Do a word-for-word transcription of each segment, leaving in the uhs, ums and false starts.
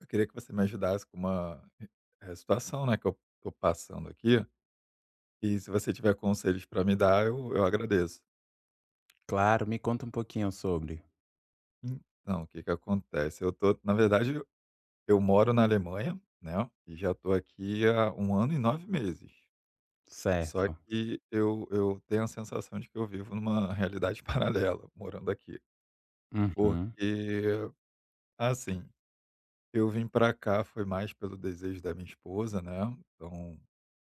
Eu queria que você me ajudasse com uma eh, situação, né, que eu tô passando aqui, e se você tiver conselhos para me dar, eu eu agradeço. Claro, me conta um pouquinho sobre. Então, o que que acontece? Eu tô na verdade, eu moro na Alemanha, né, e já tô aqui há um ano e nove meses. Só Certo. que eu eu tenho a sensação de que eu vivo numa realidade paralela, morando aqui. Uhum, Porque, assim, eu vim para cá foi mais pelo desejo da minha esposa, né, então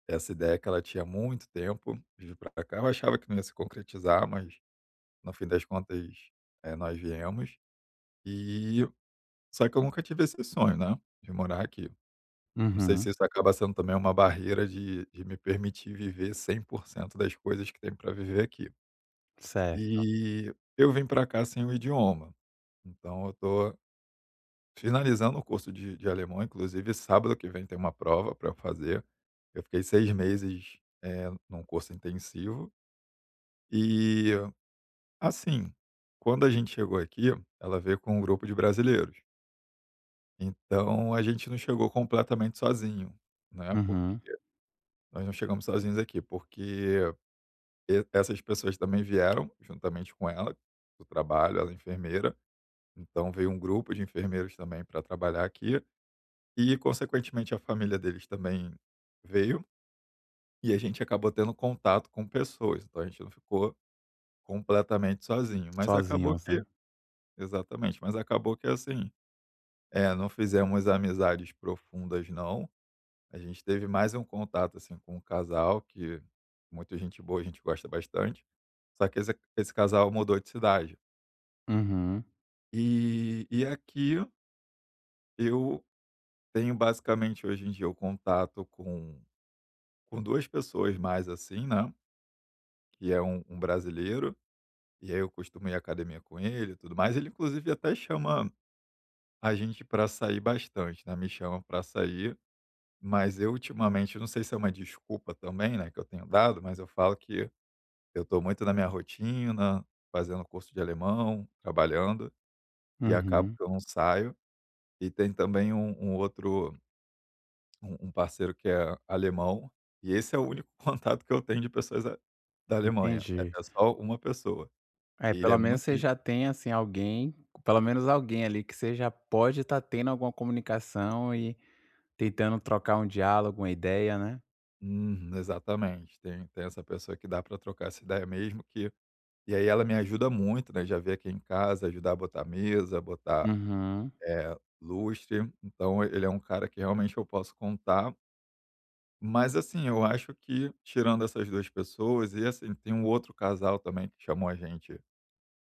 essa ideia que ela tinha há muito tempo de vir pra cá, eu achava que não ia se concretizar, mas no fim das contas, eh, nós viemos. E só que eu nunca tive esse sonho, né, de morar aqui. Não sei uhum, se isso acaba sendo também uma barreira de de me permitir viver cem por cento das coisas que tem para viver aqui. certo. E eu vim para cá sem o idioma, então eu tô finalizando o curso de de alemão, inclusive sábado que vem tem uma prova para fazer. Eu fiquei seis meses, eh, num curso intensivo. E, assim, quando a gente chegou aqui, ela veio com um grupo de brasileiros. Então a gente não chegou completamente sozinho, né, porque Uhum. nós não chegamos sozinhos aqui, porque e essas pessoas também vieram juntamente com ela, do trabalho, ela é enfermeira, então veio um grupo de enfermeiros também para trabalhar aqui e consequentemente a família deles também veio, e a gente acabou tendo contato com pessoas, então a gente não ficou completamente sozinho, mas acabou Sozinhos, né. que... Exatamente, mas acabou que assim, é, não fizemos amizades profundas não, a gente teve mais um contato, assim, com um casal que muita gente boa, a gente gosta bastante, só que esse esse casal mudou de cidade. Uhum, E e aqui eu tenho basicamente hoje em dia o contato com com duas pessoas mais, assim, né, que é um um brasileiro, e aí eu costumo ir à academia com ele e tudo mais, ele inclusive até chama a gente para sair bastante, né, me chama para sair. Mas eu ultimamente, não sei se é uma desculpa também, né, que eu tenho dado, mas eu falo que eu estou muito na minha rotina, fazendo curso de alemão, trabalhando, e acabo uhum, que eu não saio. E tem também um um outro um um parceiro que é alemão, e esse é o único contato que eu tenho de pessoas a da Alemanha, é entendi. é só uma pessoa. É, E ele é pelo menos muito você gen... já tem, assim, alguém pelo menos alguém ali que você já pode estar tendo alguma comunicação e tentando trocar um diálogo, uma ideia, né. Uhum, exatamente. Tem tem essa pessoa que dá para trocar essa ideia mesmo que e aí ela me ajuda muito, né, já veio aqui em casa ajudar a botar a mesa, botar... Uhum, É, lustre. Então ele é um cara que realmente eu posso contar. Mas assim, eu acho que tirando essas duas pessoas e assim, tem um outro casal também que chamou a gente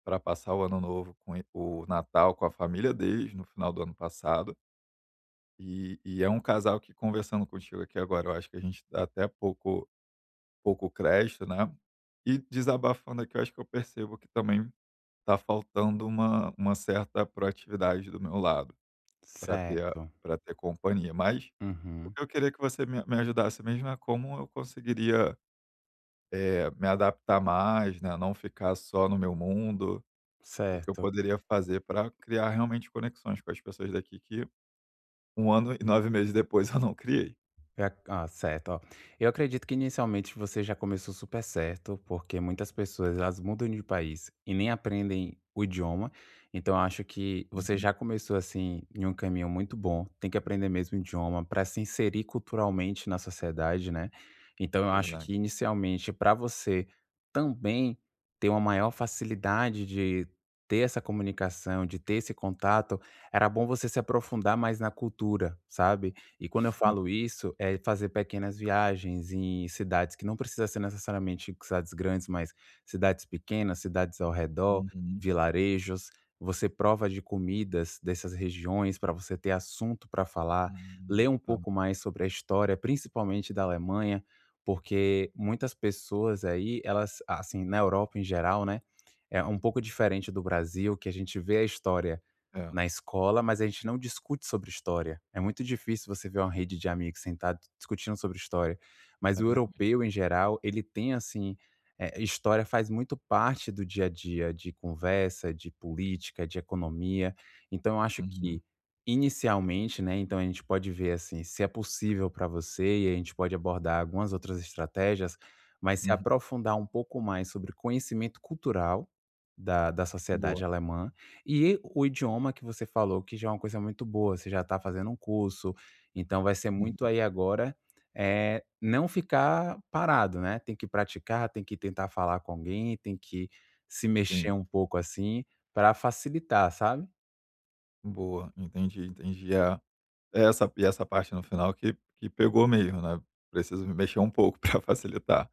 para passar o ano novo com e o Natal com a família deles no final do ano passado. E e é um casal que conversando contigo aqui agora, eu acho que a gente dá até pouco pouco crédito, né. E desabafando aqui, eu acho que eu percebo que também tá faltando uma uma certa proatividade do meu lado para ter a certo. pra ter companhia. Mas... O Uhum, que eu queria que você me me ajudasse mesmo é como eu conseguiria, eh, me adaptar mais, né, não ficar só no meu mundo. O que que eu certo. poderia fazer para criar realmente conexões com as pessoas daqui que um ano e nove meses depois eu não criei. É a ah, certo, ó. Eu acredito que inicialmente você já começou super certo, porque muitas pessoas elas mudam de país e nem aprendem o idioma. Então eu acho que você Uhum, já começou assim em um caminho muito bom. Tem que aprender mesmo o idioma para se inserir culturalmente na sociedade, né. Então eu acho verdade. que inicialmente para você também ter uma maior facilidade de ter essa comunicação, de ter esse contato, era bom você se aprofundar mais na cultura, sabe. E quando eu falo isso, é fazer pequenas viagens em cidades que não precisa ser necessariamente cidades grandes, mas cidades pequenas, cidades ao redor, Uhum, uhum, vilarejos. Você prova de comidas dessas regiões para você ter assunto para falar, ler uhum, um tá. pouco mais sobre a história, principalmente da Alemanha, porque muitas pessoas aí, elas, assim, na Europa em geral, né? É um pouco diferente do Brasil, que a gente vê a história É, na escola, mas a gente não discute sobre história. É muito difícil você ver uma rede de amigos sentados discutindo sobre história. Mas é o verdade. europeu, em geral, ele tem assim, eh, história faz muito parte do dia a dia, de conversa, de política, de economia. Então eu acho Uhum, que, inicialmente, né, então a gente pode ver assim, se é possível para você, e a gente pode abordar algumas outras estratégias, mas se uhum. aprofundar um pouco mais sobre conhecimento cultural da da Boa. sociedade alemã, e o idioma que você falou, que já é uma coisa muito boa, você já está fazendo um curso, então vai ser muito Uhum, aí agora, eh, não ficar parado, né, tem que praticar, tem que tentar falar com alguém, tem que se mexer sim. um pouco, assim, para facilitar, sabe? Boa, entendi, entendi. É, é essa e essa parte no final que que pegou meio, né. Preciso me mexer um pouco para facilitar.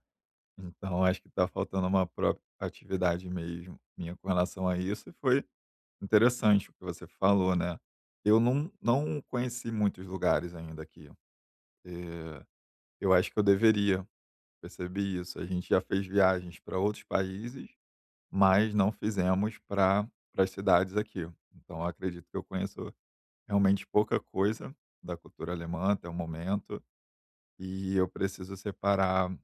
Então acho que está faltando uma própria atividade mesmo minha com relação a isso e foi interessante o que você falou, né. Eu não não conheci muitos lugares ainda aqui, eh, eu acho que eu deveria, percebi isso. A gente já fez viagens para outros países, mas não fizemos pra para as cidades aqui. Então eu acredito que eu conheço realmente pouca coisa da cultura alemã até o momento, e eu preciso separar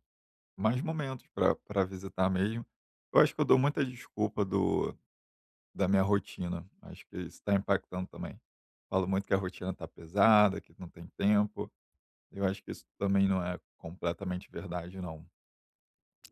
mais momentos para pra visitar mesmo. Eu acho que eu dou muita desculpa do da minha rotina, acho que isso tá impactando também. Falo muito que a rotina está pesada, que não tem tempo, eu acho que isso também não é completamente verdade não,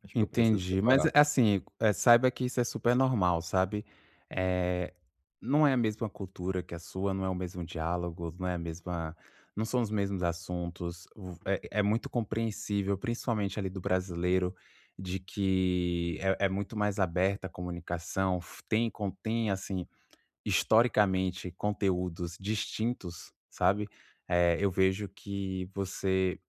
acho que eu preciso Entendi, mas é separar. assim, eh, saiba que isso é super normal, sabe. Eh, não é a mesma cultura que a sua, não é o mesmo diálogo, não é a mesma não são os mesmos assuntos, o é é é muito compreensível, principalmente ali do brasileiro, de que é é muito mais aberta a comunicação, f tem contém, assim, historicamente, conteúdos distintos, sabe. Eh, eu vejo que você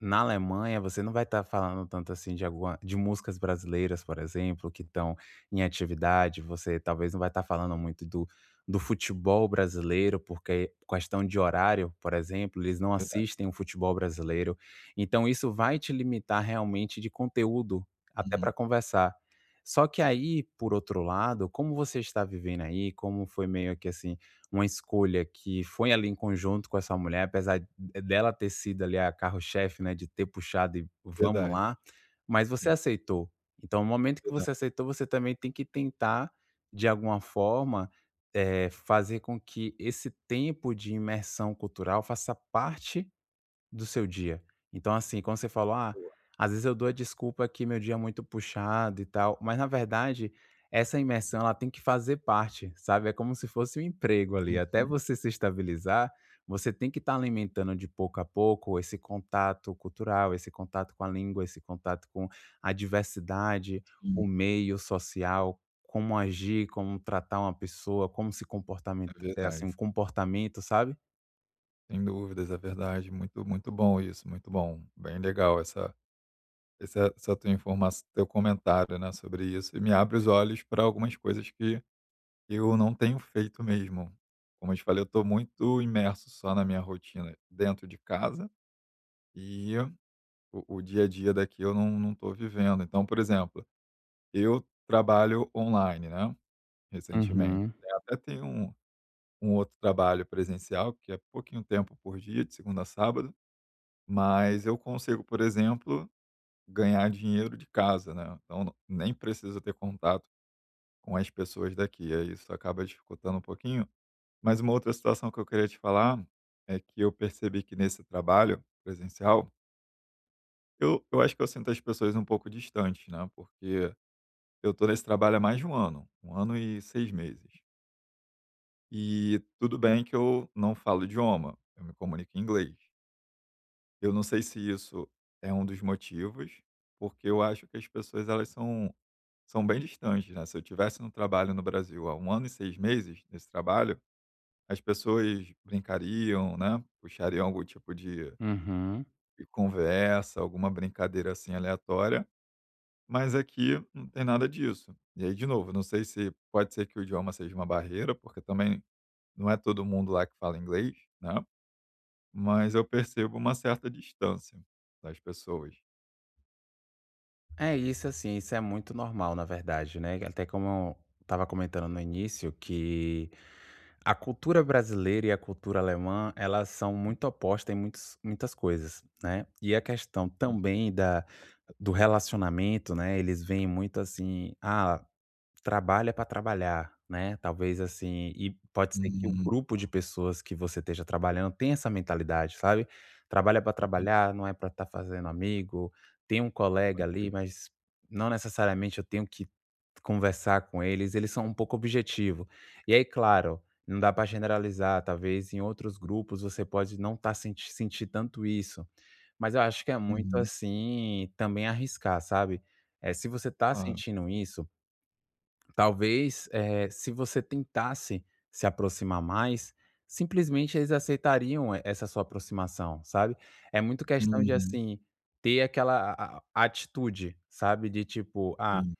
na Alemanha, você não vai estar falando tanto assim de alguma de músicas brasileiras, por exemplo, que estão em atividade, você talvez não vai estar falando muito do do futebol brasileiro, porque questão de horário, por exemplo, eles não Verdade. assistem o futebol brasileiro. Então isso vai te limitar realmente de conteúdo, até para Uhum. conversar. Só que aí, por outro lado, como você está vivendo aí, como foi meio que assim, uma escolha que foi ali em conjunto com essa mulher, apesar é dela ter sido ali a carro-chefe, né, de ter puxado e vamos Verdade, lá, mas você sim, aceitou. Então, no momento que você verdade, aceitou, você também tem que tentar, de alguma forma, eh, fazer com que esse tempo de imersão cultural faça parte do seu dia. Então, assim, quando você falou: "Ah, boa. às vezes eu dou a desculpa que meu dia é muito puxado e tal", mas na verdade essa imersão ela tem que fazer parte, sabe, é como se fosse um emprego ali, até Uhum, você se estabilizar, você tem que estar alimentando de pouco a pouco esse contato cultural, esse contato com a língua, esse contato com a diversidade, sim, o meio social, como agir, como tratar uma pessoa, como se comportamento é ter assim verdade. um comportamento, sabe? Sem dúvidas, é verdade, muito muito bom isso, muito bom. Bem legal essa essa essa tua informação teu comentário, né, sobre isso e me abre os olhos para algumas coisas que eu não tenho feito mesmo. Como eu te falei, eu estou muito imerso só na minha rotina dentro de casa e o, o dia a dia daqui eu não, não estou vivendo. Então, por exemplo, eu trabalho online, né? Recentemente. Eu Uhum, tenho- até tenho um, um outro trabalho presencial, que é pouquinho tempo por dia, de segunda a sábado, mas eu consigo, por exemplo, ganhar dinheiro de casa, né? Então, nem preciso ter contato com as pessoas daqui. Aí isso acaba dificultando um pouquinho. Mas uma outra situação que eu queria te falar é que eu percebi que nesse trabalho presencial, eu eu acho que eu sinto as pessoas um pouco distantes, né, porque eu tô nesse trabalho há mais de um ano, um ano e seis meses. E tudo bem que eu não falo idioma, eu me comunico em inglês. Eu não sei se isso é um dos motivos, porque eu acho que as pessoas elas são são bem distantes, né. Se eu tivesse no trabalho no Brasil há um ano e seis meses, nesse trabalho, as pessoas brincariam, né, puxariam algum tipo de uhum. e conversa, alguma brincadeira assim aleatória, mas aqui não tem nada disso. E aí, de novo, não sei se pode ser que o idioma seja uma barreira, porque também não é todo mundo lá que fala inglês, né? Mas eu percebo uma certa distância das pessoas. É isso, assim, isso é muito normal, na verdade, né? Até como eu estava comentando no início, que a cultura brasileira e a cultura alemã, elas são muito opostas em muitos, muitas coisas, né? E a questão Entendi. também da, do relacionamento, né? Eles veem muito assim, ah, trabalha para trabalhar, né, talvez assim e pode ser que o Uhum, grupo de pessoas que você esteja trabalhando tenha essa mentalidade, sabe. Trabalha para entendi, trabalhar, não é para estar fazendo amigo, tem um colega pode ser. ali, mas não necessariamente eu tenho que conversar com eles, eles são um pouco objetivo. E aí, claro, não dá para generalizar, talvez em outros grupos você pode não estar senti sentir tanto isso, mas eu acho que é muito, Uhum, assim, também arriscar, sabe. É se você está claro. sentindo isso. Talvez, eh, se você tentasse se aproximar mais, simplesmente eles aceitariam e essa sua aproximação, sabe. É muito questão de, Uhum, assim, ter aquela a a atitude, sabe, de tipo: "Ah, sim.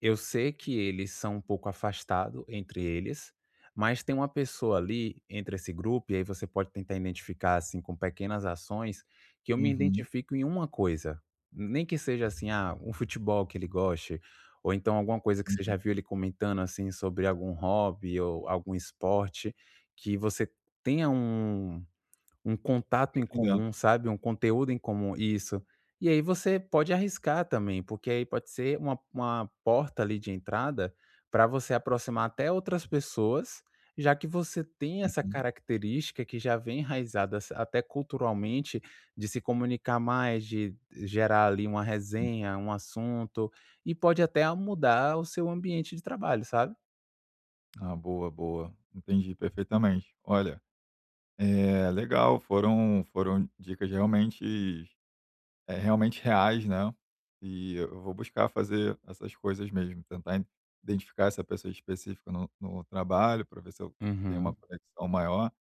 eu sei que eles são um pouco afastados entre eles, mas tem uma pessoa ali entre esse grupo", e aí você pode tentar identificar, assim, com pequenas ações, que eu me Uhum, identifico em uma coisa. Nem que seja assim, ah, um futebol que ele goste, ou então alguma coisa que você entendi. já viu ele comentando, assim, sobre algum hobby ou algum esporte, que você tenha um um contato Tô em entendendo. comum, sabe, um conteúdo em comum, isso. E aí você pode arriscar também, porque aí pode ser uma uma porta ali de entrada para você aproximar até outras pessoas, já que você tem essa Uhum, característica que já vem enraizada s até culturalmente, de se comunicar mais, de gerar ali uma sim. resenha, um assunto, e pode até mudar o seu ambiente de trabalho, sabe. Ah, boa, boa. Entendi perfeitamente. Olha, é legal, foram, foram dicas realmente é realmente reais, né. E eu vou buscar fazer essas coisas mesmo, tentar in... identificar essa pessoa específica no no trabalho, para ver se eu tenho Uhum, uma conexão maior,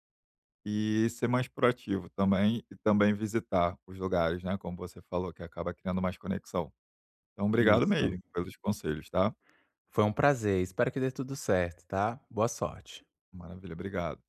e ser mais proativo também, e também visitar os lugares, né, como você falou, que acaba criando mais conexão. Então obrigado isso. mesmo pelos conselhos, tá. Foi um prazer, espero que dê tudo certo, tá. Boa sorte. Maravilha, obrigado.